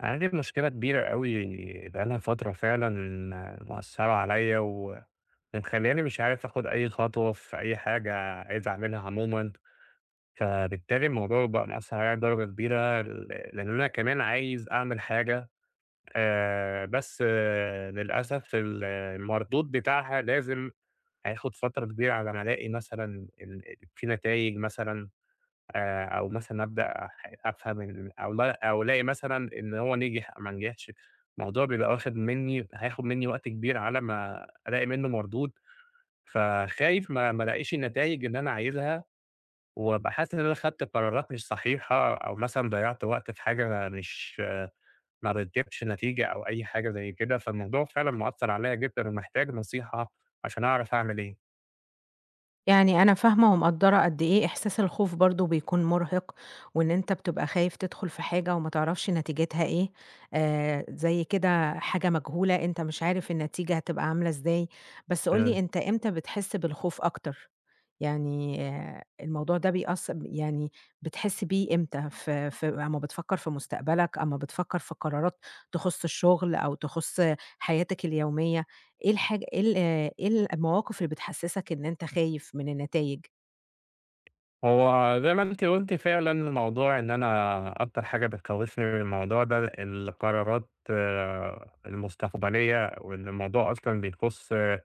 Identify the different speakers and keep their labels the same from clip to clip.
Speaker 1: أنا عندي مشكلة كبيرة أوي بقى لها فترة فعلًا مأثّرة عليّا ومخلّياني مش عارف آخُد أي خطوة في أي حاجة عايز أعملها عمومًا، فبالتالي الموضوع بقى مأثّر عليّا بدرجة كبيرة لإن أنا كمان عايز أعمل حاجة، بس للأسف المردود بتاعها لازم هياخُد فترة كبيرة على ما ألاقي مثلًا في نتايج مثلًا. أو مثلًا أبدأ أفهم أو لا، أو ألاقي مثلًا إن هو نجح أو ما نجحش. الموضوع بيبقى واخد منّي هياخد منّي وقت كبير على ما ألاقي منّه مردود، فخايف ما ألاقيش النتايج اللي أنا عايزها، وأبقى حاسس إن أنا خدت قرارات مش صحيحة، أو مثلًا ضيّعت وقت في حاجة مش آه، ما بتجيبش نتيجة أو أي حاجة زي كده. فالموضوع فعلًا مأثّر عليّا جدًا، ومحتاج نصيحة عشان أعرف أعمل إيه.
Speaker 2: يعني أنا فاهمة ومقدّرة قد إيه إحساس الخوف برضه بيكون مرهق، وإن أنت بتبقى خايف تدخل في حاجة وما تعرفش نتيجتها إيه، زي كده حاجة مجهولة أنت مش عارف النتيجة هتبقى عاملة إزاي، بس قُل لي أنت إمتى بتحس بالخوف أكتر؟ يعني الموضوع ده بيأث يعني بتحس بيه إمتى؟ في أمّا بتفكّر في مستقبلك، أمّا بتفكّر في قرارات تخُص الشغل أو تخُص حياتك اليومية؟ إيه الحاج إيه ال إيه المواقف اللي بتحسسك إن أنت خايف من النتايج؟
Speaker 1: هو زي ما أنتِ قُلتِ فعلًا، الموضوع إن أنا أكتر حاجة بتخوّفني من الموضوع ده القرارات المستقبلية، وإن الموضوع أصلًا بيخُص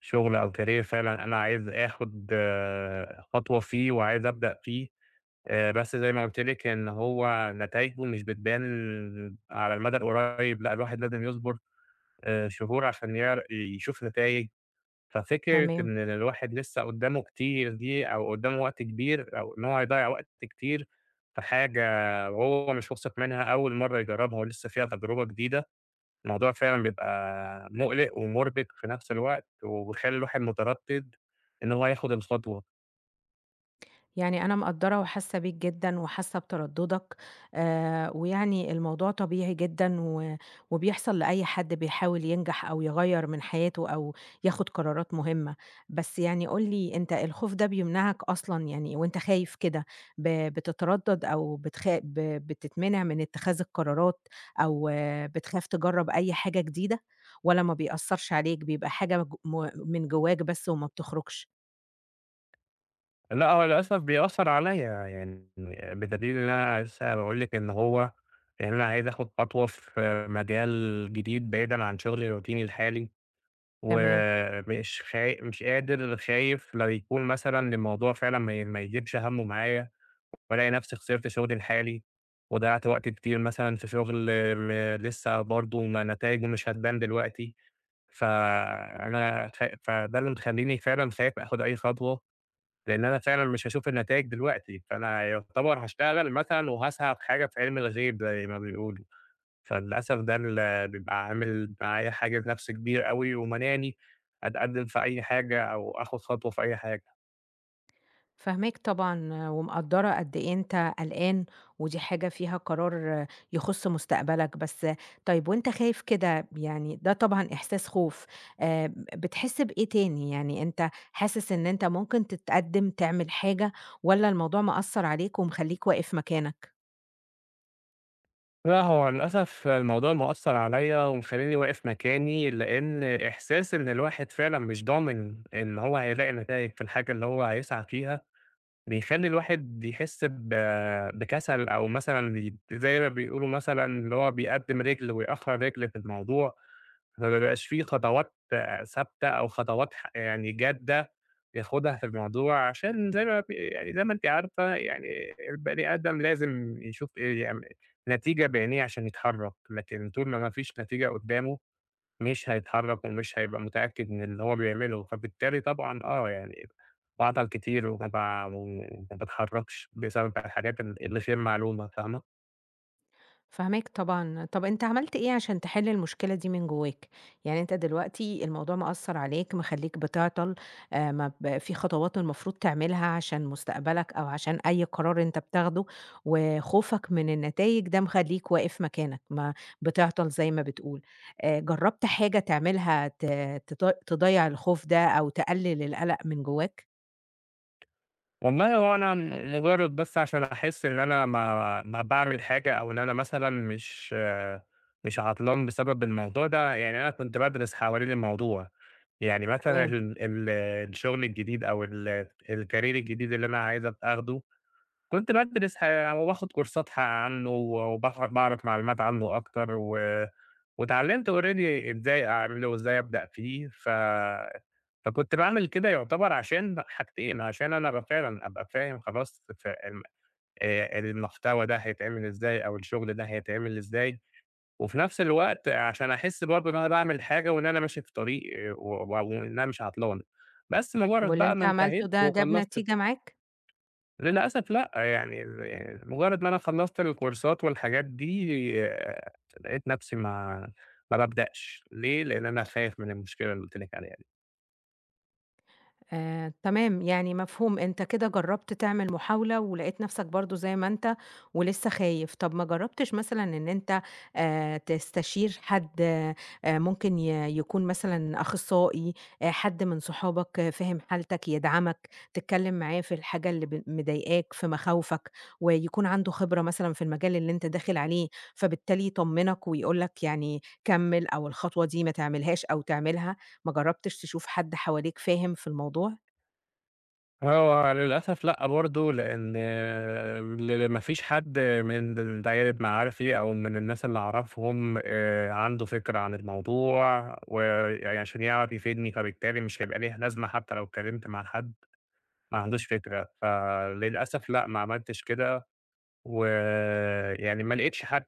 Speaker 1: شُغل أو career. فعلًا أنا عايز آخُد خطوة فيه وعايز أبدأ فيه. بس زي ما قُلت لِك، إن هو نتايجه مش بتبان على المدى القريّب، لأ الواحد لازم يصبر شهور عشان يشوف نتايج. ففكرة
Speaker 2: تمام.
Speaker 1: إن الواحد لسه قدّامه كتير دي، أو قدّامه وقت كبير، أو إن هو هيضيّع وقت كتير في حاجة وهو مش واثق منها، أول مرّة يجرّبها ولسه فيها تجربة جديدة، الموضوع فعلًا بيبقى مُقلِق ومُربِك في نفس الوقت، وبيخلّي الواحد متردِّد إن هو ياخُد الخطوة.
Speaker 2: يعني أنا مقدّرة وحاسة بيك جدًا وحاسة بتردُّدك، ويعني الموضوع طبيعي جدًا وبيحصل لأي حد بيحاول ينجح أو يغيّر من حياته أو ياخُد قرارات مهمة، بس يعني قُل لي أنت الخوف ده بيمنعك أصلًا، يعني وأنت خايف كده ب بتتردّد أو بتخ ب بتتمنع من اتخاذ القرارات أو بتخاف تجرّب أي حاجة جديدة، والّا ما بيأثّرش عليك بيبقى حاجة ج م من جوّاك بس وما بتخرجش؟
Speaker 1: لأ، هو للأسف بيأثّر عليّا يعني، بدليل إن أنا لسه باقول لِك إن هو، إن أنا عايز آخُد خطوة في مجال جديد بعيدًا عن شُغلي الروتيني الحالي.
Speaker 2: تمام.
Speaker 1: ومش خا مش قادر، خايف لو يكون مثلًا الموضوع فعلًا ما يجيبش همّه معايا، وألاقي نفسي خسرت شغلي الحالي، وضيّعت وقت كتير مثلًا في شغل، م لسه برضه ما نتايجه مش هتبان دلوقتي. فأنا خا فده اللي مخلّيني فعلًا خايف آخُد أي خطوة، لإن أنا فعلًا مش هاشوف النتايج دلوقتي، فأنا يعتبر هاشتغل مثلًا وهاسعى في حاجة في علم الغيب زي ما بيقولوا. فللأسف ده اللي بيبقى عامل معايا حاجز نفسي كبير أوي، ومانعني أتقدم في أي حاجة أو آخد خطوة في أي حاجة.
Speaker 2: فاهماك طبعًا، ومقدّرة قد إيه أنت قلقان، ودي حاجة فيها قرار يخُص مستقبلك، بس طيب وأنت خايف كده، يعني ده طبعًا إحساس خوف، بتحس بإيه تاني؟ يعني أنت حاسس إن أنت ممكن تتقدّم تعمل حاجة، والّا الموضوع مأثّر عليك ومخلّيك واقف مكانك؟
Speaker 1: لأ، هو للأسف الموضوع مأثّر عليَّ ومخلّيني واقف مكاني، لإن إحساس إن الواحد فعلًا مش ضامن إن هو هيلاقي نتايج في الحاجة اللي هو هيسعى فيها، بيخلّي الواحد بيحس بكسل، أو مثلًا زي ما بيقولوا مثلًا اللي هو بيقدّم رجل ويأخّر رجل في الموضوع. ما بيبقاش في خطوات ثابتة، أو خطوات ح يعني جادة ياخدها في الموضوع، عشان زي ما أنتِ عارفة، يعني البني آدم لازم يشوف إيه يعم نتيجة بعينيه عشان يتحرك، لكن طول ما ما فيش نتيجة قدامه مش هيتحرك، ومش هيبقى متأكد من اللي هو بيعمله. فبالتالي طبعًا آه يعني باعطل كتير وما باتحركش بسبب الحاجات اللي غير معلومة، فاهمة؟
Speaker 2: فاهماك طبعًا. طَب أنت عملت إيه عشان تحِل المشكلة دي من جواك؟ يعني أنت دلوقتي الموضوع مأثّر عليك، مخلّيك بتعطل، ما ب في خطوات المفروض تعملها عشان مستقبلك أو عشان أي قرار أنت بتاخده، وخوفك من النتايج ده مخلّيك واقف مكانك، ما بتعطل زي ما بتقول. جرّبت حاجة تعملها ت تط تضيّع الخوف ده أو تقلِّل القلق من جواك؟
Speaker 1: والله هو أنا مجرد بس عشان أحس إن أنا ما باعمل حاجة، أو إن أنا مثلًا مش عطلان بسبب الموضوع ده، يعني أنا كنت بادرس حوالين الموضوع. يعني مثلًا
Speaker 2: تمام.
Speaker 1: ال ال الشغل الجديد، أو الcareer الجديد اللي أنا عايز أبقى آخده، كنت بادرس وباخد كورسات عنّه، باعرف معلومات عنّه أكتر، واتعلّمت already إزاي أعمله وإزاي أبدأ فيه. فكنت باعمل كده يعتبر عشان حاجتين، عشان أنا أبقى فعلًا أبقى فاهم خلاص ف الم المحتوى ده هيتعمل إزاي، أو الشغل ده هيتعمل إزاي، وفي نفس الوقت عشان أحس برضه إن أنا باعمل حاجة، وإن أنا ماشي في طريق آه، و و وإن أنا مش عطلان. بس
Speaker 2: طَب
Speaker 1: مجرّد
Speaker 2: واللي
Speaker 1: بقى
Speaker 2: أنت
Speaker 1: ما
Speaker 2: عملته
Speaker 1: انتهيت
Speaker 2: ده جاب
Speaker 1: وخلّصت،
Speaker 2: نتيجة معاك؟
Speaker 1: للأسف لأ، يعني يعني مجرّد ما أنا خلّصت الكورسات والحاجات دي، آآ، لقيت نفْسي ما بابدأش. ليه؟ لإن أنا خايف من المشكلة اللي قُلت لِك عليها دي.
Speaker 2: تمام، يعني مفهوم، أنت كده جرّبت تعمل محاولة ولقيت نَفْسك برضه زي ما أنت، ولسه خايف. طَب ما جرّبتش مثلًا إن أنت تستشير حد ممكن يكون مثلًا أخصائي، حد من صحابك، فاهم حالتك يدعمك، تتكلّم معاه في الحاجة اللي مضايقاك، في مخاوفك، ويكون عنده خبرة مثلًا في المجال اللي أنت داخل عليه، فبالتالي يطمّنك ويقول لك يعني كمّل، أو الخطوة دي ما تعملهاش أو تعملها، ما جرّبتش تشوف حد حواليك فاهم في الموضوع؟
Speaker 1: هو للأسف لأ برضه، لإن ما فيش حد من دايرة معارفي أو من الناس اللي أعرفهم عنده فكرة عن الموضوع، ويعني عشان يعرف يفيدني، فبالتالي مش هيبقى ليه لازمة حتى لو اتكلمت مع حد ما عندوش فكرة. فللأسف لأ، ما عملتش كده، ويعني ما لقيتش حد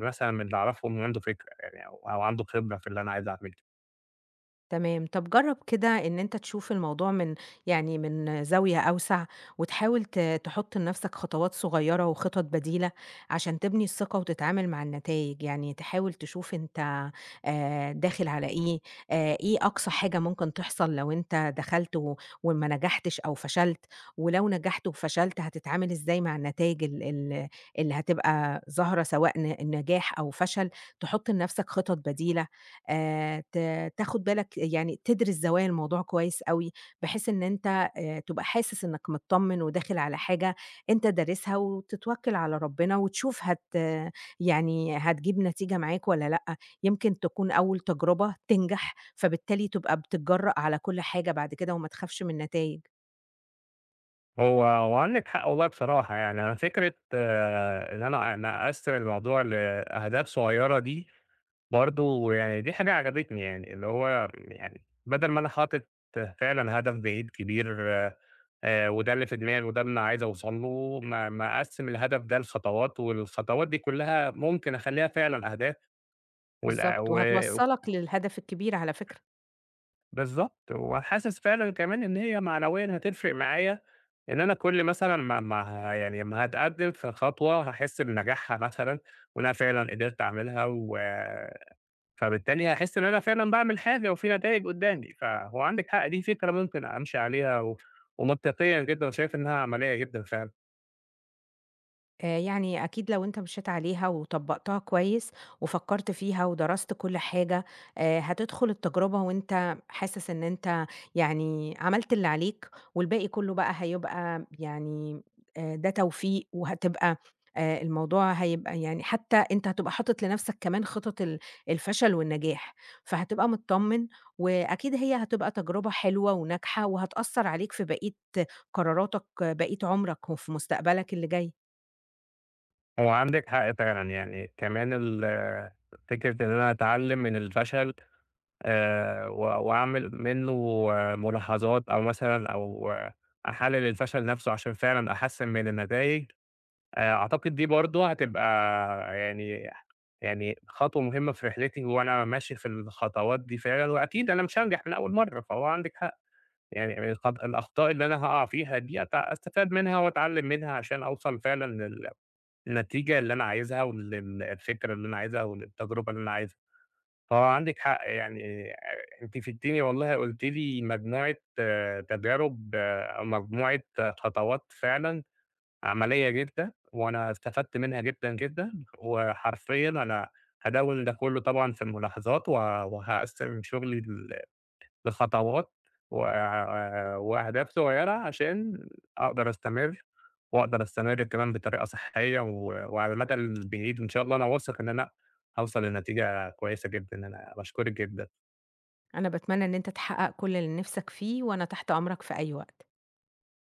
Speaker 1: مثلًا من اللي أعرفهم عنده فكرة، يعني أو عنده خبرة في اللي أنا عايز أعمله.
Speaker 2: تمام، طب جرّب كده إن أنت تشوف الموضوع من، يعني من زاوية أوسع، وتحاول تحط لنفسك خطوات صغيّرة وخطط بديلة، عشان تبني الثقة وتتعامل مع النتايج، يعني تحاول تشوف أنت داخل على إيه، إيه أقصى حاجة ممكن تحصل لو أنت دخلت وما نجحتش أو فشلت، ولو نجحت وفشلت هتتعامل إزاي مع النتايج ال ال اللي هتبقى ظاهرة، سواء نجاح أو فشل، تحط لنفسك خطط بديلة. ت تاخد بالك يعني تدرس زوايا الموضوع كويس أوي، بحيث إن أنت تبقى حاسس إنك متطمن وداخل على حاجة أنت دارسها، وتتوكل على ربنا وتشوف هت يعني هتجيب نتيجة معاك والّا لأ، يمكن تكون أول تجربة تنجح، فبالتالي تبقى بتتجرأ على كل حاجة بعد كده وما تخافش من النتايج.
Speaker 1: هو وعندِك حق والله بصراحة، يعني أنا فكرة إن أنا أقسّم الموضوع لأهداف صغيرة دي، برضه يعني دي حاجة عجبتني يعني، اللي هو يعني بدل ما أنا حاطط فعلًا هدف بعيد كبير وده اللي في دماغي وده اللي أنا عايز أوصل له، ما أقسّم الهدف ده لخطوات، والخطوات دي كلّها ممكن أخلّيها فعلًا أهداف، وال
Speaker 2: بالضبط.
Speaker 1: و
Speaker 2: وهتوصّلك للهدف الكبير على فكرة.
Speaker 1: بالضبط، وحاسس فعلًا كمان إن هي معنويًا هتفرق معايا، إن أنا كل مثلًا ما ما يعني أمّا هاتقدّم في خطوة هاحس بنجاحها مثلًا، وإن أنا فعلًا قدرت أعملها، فبالتالي هاحس إن أنا فعلًا باعمل حاجة وفي نتايج قدّامي. فهو عندِك حق، دي فكرة ممكن أمشي عليها، ومنطقية جدًا، وشايف إنها عملية جدًا فعلًا.
Speaker 2: يعني أكيد لو أنت مشيت عليها وطبّقتها كويس، وفكّرت فيها ودرست كل حاجة، هتدخل التجربة وأنت حاسس إن أنت يعني عملت اللي عليك، والباقي كلّه بقى هيبقى، يعني ده توفيق، وهتبقى، الموضوع هيبقى يعني، حتى أنت هتبقى حاطط لنفسك كمان خطط الفشل والنجاح، فهتبقى متطمّن، وأكيد هي هتبقى تجربة حلوة وناجحة، وهتأثّر عليك في بقية قراراتك، بقية عمرك وفي مستقبلك اللي جاي.
Speaker 1: هو عندِك حق فعلًا، يعني كمان فكرة إن أنا أتعلم من الفشل، و وأعمل منّه ملاحظات، أو مثلًا أو آه، أحلّل الفشل نَفْسه عشان فعلًا أحسّن من النتايج. أعتقد دي برضه هتبقى يعني يعني خطوة مهمة في رحلتي، وأنا ماشي في الخطوات دي فعلًا، وأكيد أنا مش هانجح من أول مرّة، فهو عندِك حق. يعني الأخطاء اللي أنا هاقع فيها دي أستفاد منها وأتعلّم منها عشان أوصل فعلًا للنتيجة اللي أنا عايزها، الفكرة اللي أنا عايزها، وللتجربة اللي أنا عايزها. هو عندِك حق، يعني أنتِ فدتيني والله، قُلتِ لي مجموعة تجارب، أو مجموعة خطوات فعلًا عملية جدًا، وأنا استفدت منها جدًا، جدًا. وحرفيًا أنا هادوِّن ده كله طبعًا في الملاحظات، وهاقسّم شغلي لخطوات و وأهداف صغيّرة، عشان أقدر أستمر، وأقدر أستمر كمان بطريقة صحّية، وعلى المدى البعيد إن شاء الله أنا واثق إن أنا هاوصل لنتيجة كويسة جدًا. أنا باشكرِك جدًا.
Speaker 2: أنا باتمنى إن أنت تحقق كل اللي نِفْسك فيه، وأنا تحت أمرك في أي وقت.